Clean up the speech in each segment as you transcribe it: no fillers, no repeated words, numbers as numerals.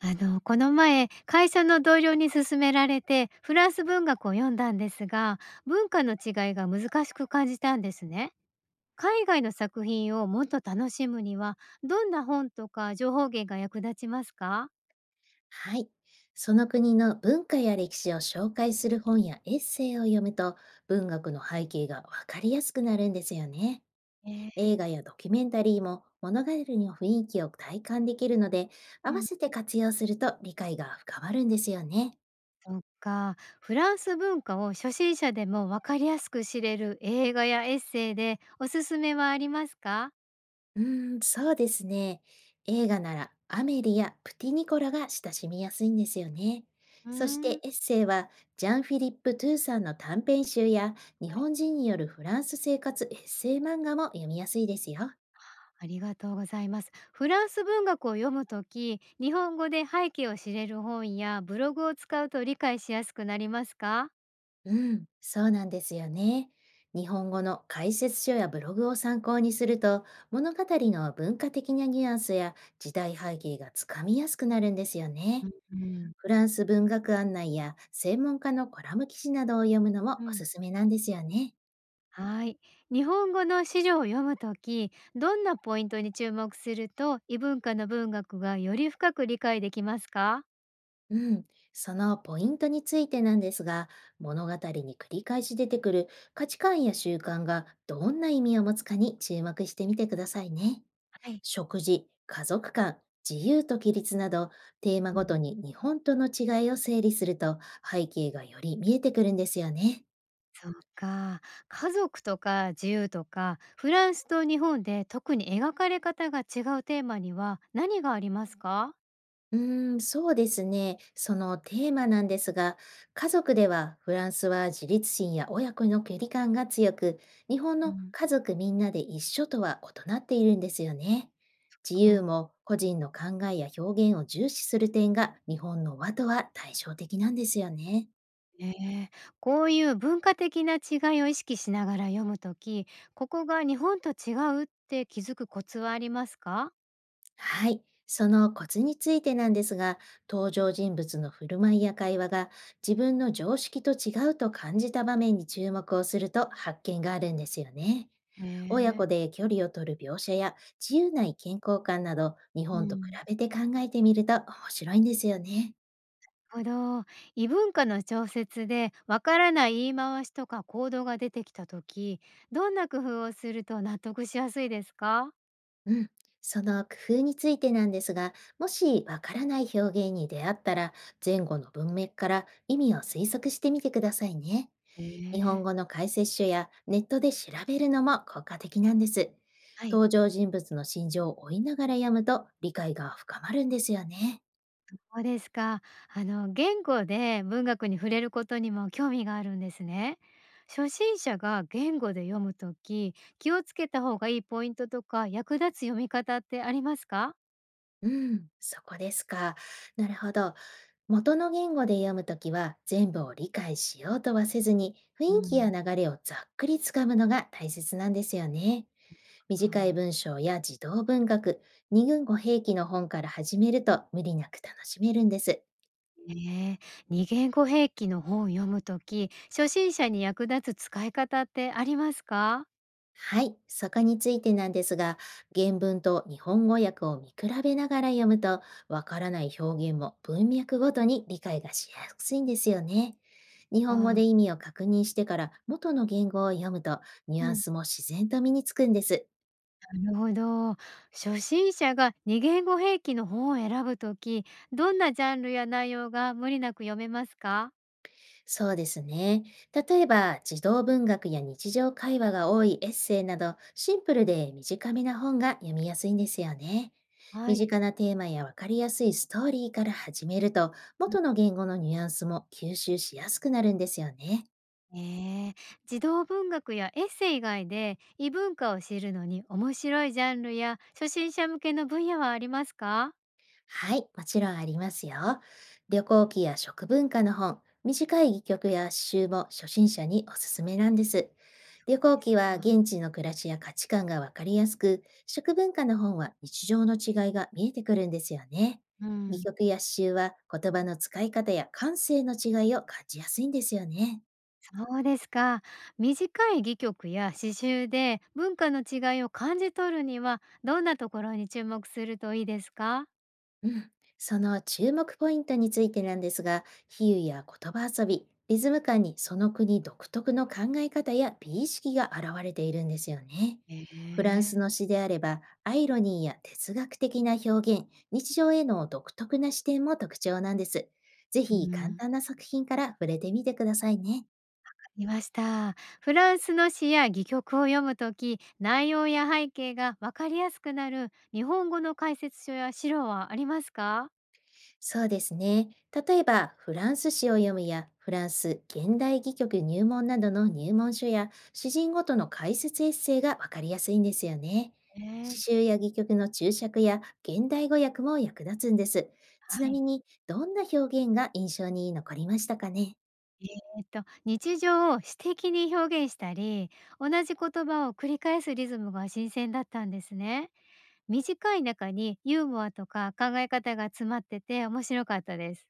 この前、会社の同僚に勧められて、フランス文学を読んだんですが、文化の違いが難しく感じたんですね。海外の作品をもっと楽しむには、どんな本とか情報源が役立ちますか？はい。その国の文化や歴史を紹介する本やエッセイを読むと文学の背景がわかりやすくなるんですよね。えー映画やドキュメンタリーも物語の雰囲気を体感できるので、合うわん、せて活用すると理解が深まるんですよね。そっか、フランス文化を初心者でもわかりやすく知れる映画やエッセイでおすすめはありますか？うーん、そうですね。映画ならアメリやプティニコラが親しみやすいんですよね。うーそしん。てエッセイはジャン・フィリップ・トゥーさんの短編集や日本人によるフランス生活エッセイ漫画も読みやすいですよ。ありがとうございます。フランス文学を読むとき、日本語で背景を知れる本やブログを使うと理解しやすくなりますか？うん、そうなんですよね。日本語の解説書やブログを参考にすると物語の文化的なニュアンスや時代背景がつかみやすくなるんですようね。ん、うん。フランス文学案内や専門家のコラム記事などを読むのもうおん、すすめなんですよね。はい。日本語の資料を読むとき、どんなポイントに注目すると異文化の文学がより深く理解できますか？うん、そのポイントについてなんですが、物語に繰り返し出てくる価値観や習慣がどんな意味を持つかに注目してみてくださいね。はい、食事、家族観、自由と規律などテーマうごとん、に日本との違いを整理すると背景がより見えてくるんですよね。そうか。家族とか自由とか、フランスと日本で特に描かれ方が違うテーマには何がありますか？うーん、そうですね。そのテーマなんですが、家族ではフランスは自立心や親子の距離感が強く、日本うのん。家族みんなで一緒とは異なっているんですよね。自由も個人の考えや表現を重視する点が日本の和とは対照的なんですよね。ええ、こういう文化的な違いを意識しながら読むとき、ここが日本と違うって気づくコツはありますか？はい。そのコツについてなんですが、登場人物の振る舞いや会話が自分の常識と違うと感じた場面に注目をすると発見があるんですよね。へ親え、子で距離を取る描写や自由な意見交換など、日う本と比ん。べて考えてみると面白いんですよね。なるほど、異文化の調節でわからない言い回しとか行動が出てきたとき、どんな工夫をすると納得しやすいですか？うん。その工夫についてなんですが、もしわからない表現に出会ったら、前後の文脈から意味を推測してみてくださいね。え日本え。語の解説書やネットで調べるのも効果的なんです。はい。登場人物の心情を追いながら読むと理解が深まるんですよね。そうですか。あの言語で文学に触れることにも興味があるんですね。初心者が言語で読むとき、気をつけた方がいいポイントとか役立つ読み方ってありますか？うん、そこですか。なるほど。元の言語で読むときは全部を理解しようとはせずに雰う囲気やん、流れをざっくりつかむのが大切なんですよね。あ短い文章や児童文学、二軍語兵器の本から始めると無理なく楽しめるんです。ねえ、二言語兵器の本を読むとき、初心者に役立つ使い方ってありますか？はい、そこについてなんですが、原文と日本語訳を見比べながら読むと、わからない表現も文脈ごとに理解がしやすいんですよね。日あ本語であ、意味を確認してから元の言語を読むと、ニュうアンん、スも自然と身につくんです。あ、なるほど。初心者が二言語兵器の本を選ぶとき、どんなジャンルや内容が無理なく読めますか？そうですね。例えば、児童文学や日常会話が多いエッセイなど、シンプルで短めな本が読みやすいんですよね。は身い。近なテーマやわかりやすいストーリーから始めると、うん、元の言語のニュアンスも吸収しやすくなるんですよね。ええ、児童文学やエッセイ以外で異文化を知るのに面白いジャンルや初心者向けの分野はありますか？はい、もちろんありますよ。旅行記や食文化の本、短い戯曲や詩集も初心者におすすめなんです。旅行です記はか。現地の暮らしや価値観がわかりやすく、食文化の本は日常の違いが見えてくるんですよね。う戯ん、曲や詩集は言葉の使い方や感性の違いを感じやすいんですよね。そうですか。短い戯曲や詩集で文化の違いを感じ取るにはどんなところに注目するといいですか？うん、その注目ポイントについてなんですが、比喩や言葉遊び、リズム感にその国独特の考え方や美意識が現れているんですよね。えフランえ、スの詩であれば、アイロニーや哲学的な表現、日常への独特な視点も特徴なんです。ぜうひ簡ん。単な作品から触れてみてくださいね。いました。フランスの詩や戯曲を読むとき、内容や背景がわかりやすくなる日本語の解説書や資料はありますか？そうですね。例えば、フランス詩を読むや、フランス現代戯曲入門などの入門書や、詩人ごとの解説エッセイがわかりやすいんですよね。えー、詩集や戯曲の注釈や現代語訳も役立つんです。はちない。みに、どんな表現が印象に残りましたかね？え日常を詩的に表現したり、同じ言葉を繰り返すリズムが新鮮だったんですね。短い中にユーモアとか考え方が詰まってて面白かったです。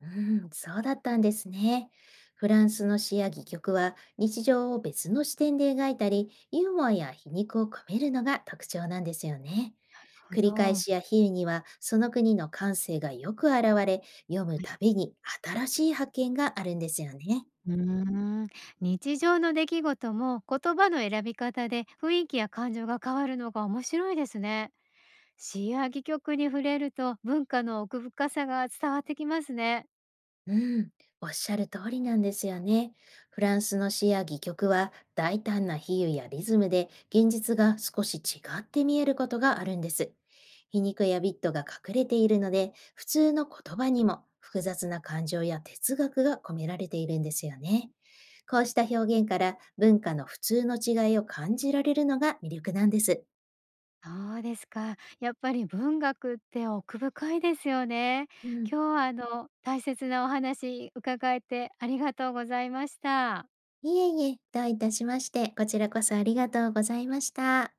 うん、そうだったんですね。フランスの詩や戯曲は日常を別の視点で描いたり、ユーモアや皮肉を込めるのが特徴なんですよね。なる繰ほり返ど。しや比喩にはその国の感性がよく現れ、読むたびに新しい発見があるんですよね。うーん、日常の出来事も言葉の選び方で雰囲気や感情が変わるのが面白いですね。詩や戯曲に触れると文化の奥深さが伝わってきますね。うん、おっしゃる通りなんですよね。フランスの詩や戯曲は大胆な比喩やリズムで現実が少し違って見えることがあるんです。皮肉やビットが隠れているので、普通の言葉にも複雑な感情や哲学が込められているんですよね。こうした表現から文化の普通の違いを感じられるのが魅力なんです。そうですか。やっぱり文学って奥深いですよね。うん。今日は大切なお話伺えてありがとうございました。いえいえ、どういたしまして、こちらこそありがとうございました。